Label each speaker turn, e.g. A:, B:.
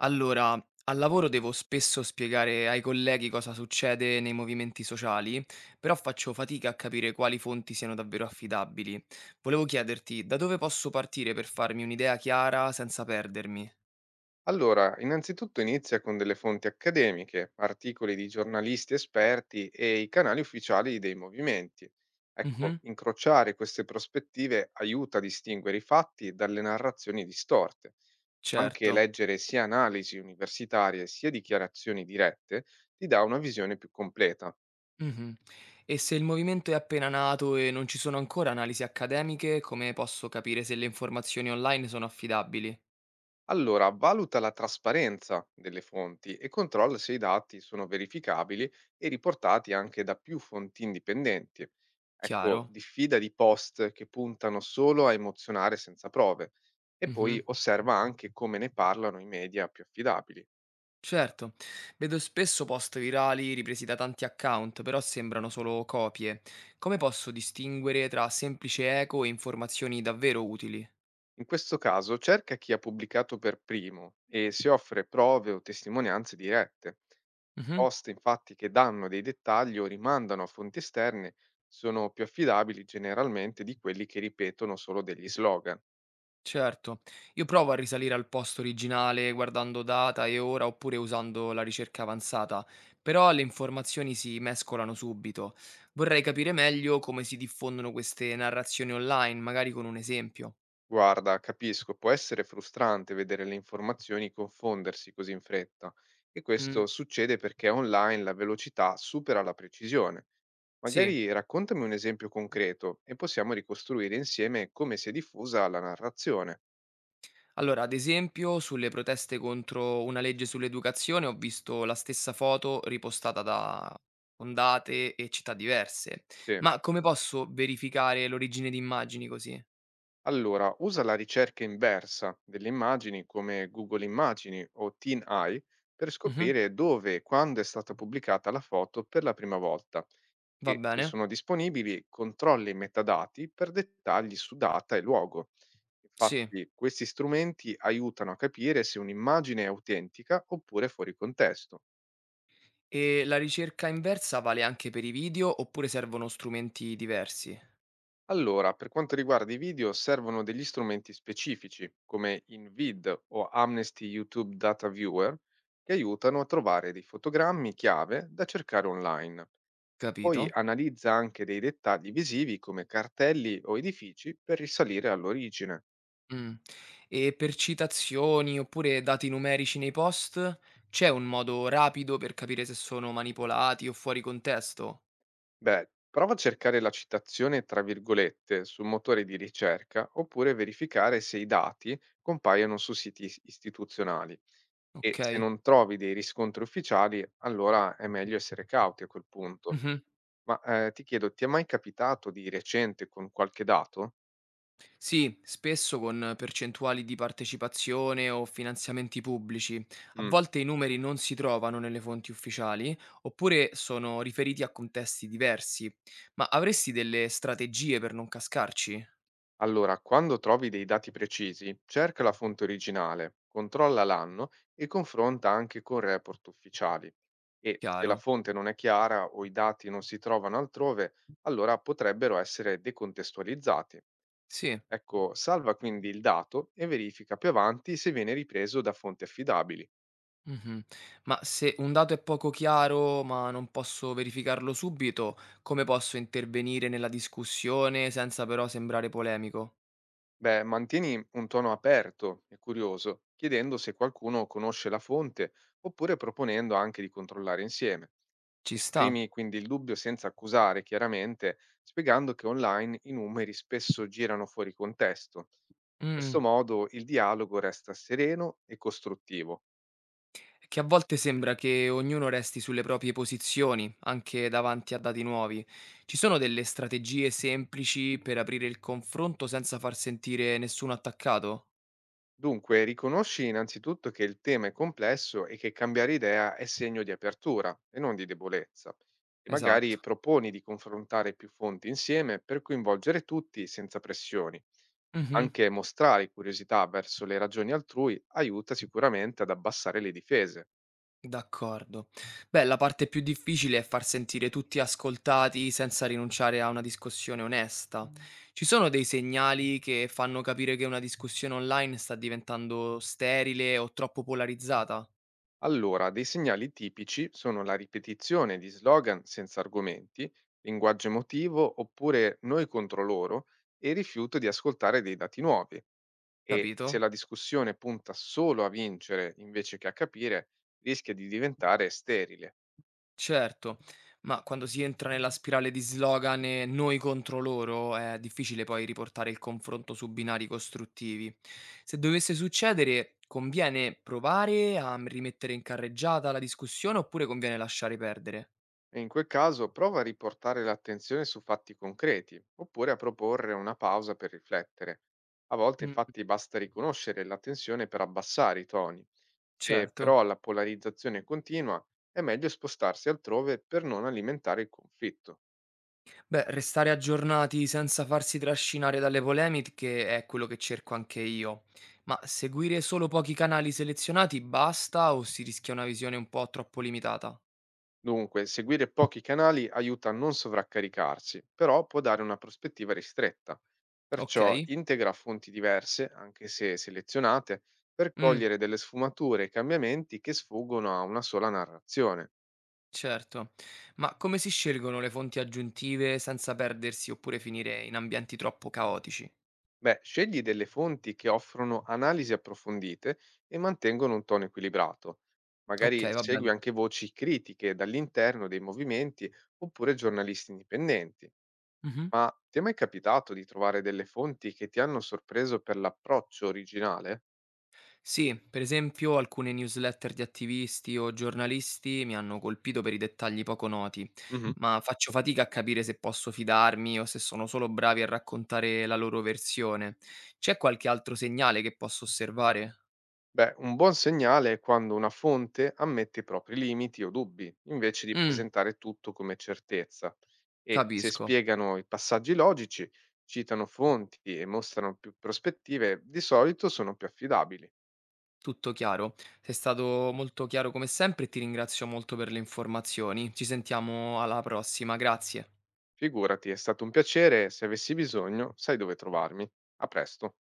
A: Allora, al lavoro devo spesso spiegare ai colleghi cosa succede nei movimenti sociali, però faccio fatica a capire quali fonti siano davvero affidabili. Volevo chiederti da dove posso partire per farmi un'idea chiara senza perdermi?
B: Allora, innanzitutto inizia con delle fonti accademiche, articoli di giornalisti esperti e i canali ufficiali dei movimenti. Ecco,
A: Mhm,
B: incrociare queste prospettive aiuta a distinguere i fatti dalle narrazioni distorte. Anche
A: certo.
B: leggere sia analisi universitarie sia dichiarazioni dirette ti dà una visione più completa.
A: Mhm. E se il movimento è appena nato e non ci sono ancora analisi accademiche, come posso capire se le informazioni online sono affidabili?
B: Allora, valuta la trasparenza delle fonti e controlla se i dati sono verificabili e riportati anche da più fonti indipendenti. Ecco,
A: Chiaro?
B: diffida di post che puntano solo a emozionare senza prove e
A: Mhm.
B: poi osserva anche come ne parlano i media più affidabili.
A: Certo, vedo spesso post virali ripresi da tanti account, però sembrano solo copie. Come posso distinguere tra semplice eco e informazioni davvero utili?
B: In questo caso cerca chi ha pubblicato per primo e si offre prove o testimonianze dirette.
A: Mhm,
B: Post infatti che danno dei dettagli o rimandano a fonti esterne sono più affidabili generalmente di quelli che ripetono solo degli slogan.
A: certo, io provo a risalire al post originale guardando data e ora oppure usando la ricerca avanzata, però le informazioni si mescolano subito. Vorrei capire meglio come si diffondono queste narrazioni online, magari con un esempio.
B: Guarda, capisco, può essere frustrante vedere le informazioni confondersi così in fretta e
A: Mm,
B: questo succede perché online la velocità supera la precisione.
A: sì.
B: Magari raccontami un esempio concreto e possiamo ricostruire insieme come si è diffusa la narrazione.
A: Allora, ad esempio, sulle proteste contro una legge sull'educazione ho visto la stessa foto ripostata da ondate e città diverse.
B: Sì.
A: Ma come posso verificare l'origine di immagini così?
B: Allora, usa la ricerca inversa delle immagini come Google Immagini o TinEye per
A: Mhm,
B: scoprire dove e quando è stata pubblicata la foto per la prima volta
A: va
B: e, se
A: bene?
B: sono disponibili, controlli i metadati per dettagli su data e luogo.
A: Sì.
B: Infatti, questi strumenti aiutano a capire se un'immagine è autentica oppure fuori contesto.
A: E la ricerca inversa vale anche per i video oppure servono strumenti diversi?
B: Allora, per quanto riguarda i video, servono degli strumenti specifici, come InVid o Amnesty YouTube Data Viewer, che aiutano a trovare dei fotogrammi chiave da cercare online. Poi
A: Capito?
B: analizza anche dei dettagli visivi come cartelli o edifici per risalire all'origine.
A: Mm. E per citazioni oppure dati numerici nei post, c'è un modo rapido per capire se sono manipolati o fuori contesto?
B: Beh, prova a cercare la citazione tra virgolette su motori di ricerca oppure verificare se i dati compaiono su siti istituzionali. E se
A: Ok.
B: non trovi dei riscontri ufficiali, allora è meglio essere cauti a quel punto.
A: Mh-mh.
B: Ma, ti chiedo, ti è mai capitato di recente con qualche dato?
A: Sì, spesso con percentuali di partecipazione o finanziamenti pubblici. A
B: Mh.
A: volte i numeri non si trovano nelle fonti ufficiali, oppure sono riferiti a contesti diversi. Ma avresti delle strategie per non cascarci?
B: Allora, quando trovi dei dati precisi, cerca la fonte originale, controlla l'anno e confronta anche con report ufficiali. E se la
A: Chiaro.
B: fonte non è chiara o i dati non si trovano altrove, allora potrebbero essere decontestualizzati.
A: Sì.
B: Ecco, salva quindi il dato e verifica più avanti se viene ripreso da fonti affidabili.
A: Mh-mh. Ma se un dato è poco chiaro, ma non posso verificarlo subito, come posso intervenire nella discussione senza però sembrare polemico?
B: Beh, mantieni un tono aperto e curioso, chiedendo se qualcuno conosce la fonte oppure proponendo anche di controllare insieme.
A: Ci sta.
B: Esprimi quindi il dubbio senza accusare, chiaramente, spiegando che online i numeri spesso girano fuori contesto. In
A: Mh.
B: questo modo il dialogo resta sereno e costruttivo.
A: Che a volte sembra che ognuno resti sulle proprie posizioni, anche davanti a dati nuovi. Ci sono delle strategie semplici per aprire il confronto senza far sentire nessuno attaccato?
B: Dunque, riconosci innanzitutto che il tema è complesso e che cambiare idea è segno di apertura e non di debolezza. E magari
A: Esatto.
B: proponi di confrontare più fonti insieme per coinvolgere tutti senza pressioni.
A: Mhm,
B: Anche mostrare curiosità verso le ragioni altrui aiuta sicuramente ad abbassare le difese.
A: d'accordo. Beh, la parte più difficile è far sentire tutti ascoltati senza rinunciare a una discussione onesta. Ci sono dei segnali che fanno capire che una discussione online sta diventando sterile o troppo polarizzata?
B: Allora, dei segnali tipici sono la ripetizione di slogan senza argomenti, linguaggio emotivo oppure noi contro loro e il rifiuto di ascoltare dei dati nuovi. E se
A: Capito?
B: la discussione punta solo a vincere invece che a capire, rischia di diventare sterile.
A: Certo, ma quando si entra nella spirale di slogan e noi contro loro è difficile poi riportare il confronto su binari costruttivi. Se dovesse succedere, conviene provare a rimettere in carreggiata la discussione oppure conviene lasciare perdere?
B: E in quel caso prova a riportare l'attenzione su fatti concreti, oppure a proporre una pausa per riflettere. A volte
A: Mm,
B: infatti basta riconoscere la tensione per abbassare i toni. Se
A: certo.
B: però la polarizzazione continua, è meglio spostarsi altrove per non alimentare il conflitto.
A: Beh, restare aggiornati senza farsi trascinare dalle polemiche è quello che cerco anche io. Ma seguire solo pochi canali selezionati basta o si rischia una visione un po' troppo limitata?
B: Dunque, seguire pochi canali aiuta a non sovraccaricarsi, però può dare una prospettiva ristretta.
A: Ok?
B: Perciò integra fonti diverse, anche se selezionate, per
A: Mm.
B: cogliere delle sfumature e cambiamenti che sfuggono a una sola narrazione.
A: Certo, ma come si scelgono le fonti aggiuntive senza perdersi oppure finire in ambienti troppo caotici?
B: Beh, scegli delle fonti che offrono analisi approfondite e mantengono un tono equilibrato.
A: Ok,
B: Magari
A: va
B: segui
A: bene.
B: anche voci critiche dall'interno dei movimenti oppure giornalisti indipendenti.
A: Mhm.
B: Ma ti è mai capitato di trovare delle fonti che ti hanno sorpreso per l'approccio originale?
A: Sì, per esempio alcune newsletter di attivisti o giornalisti mi hanno colpito per i dettagli poco noti,
B: Mhm.
A: ma faccio fatica a capire se posso fidarmi o se sono solo bravi a raccontare la loro versione. C'è qualche altro segnale che posso osservare?
B: Beh, un buon segnale è quando una fonte ammette i propri limiti o dubbi, invece di
A: Mm,
B: presentare tutto come certezza, e se
A: capisco.
B: spiegano i passaggi logici, citano fonti e mostrano più prospettive, di solito sono più affidabili.
A: Tutto chiaro. Sei stato molto chiaro come sempre e ti ringrazio molto per le informazioni. Ci sentiamo alla prossima, grazie.
B: Figurati, è stato un piacere, se avessi bisogno, sai dove trovarmi. A presto.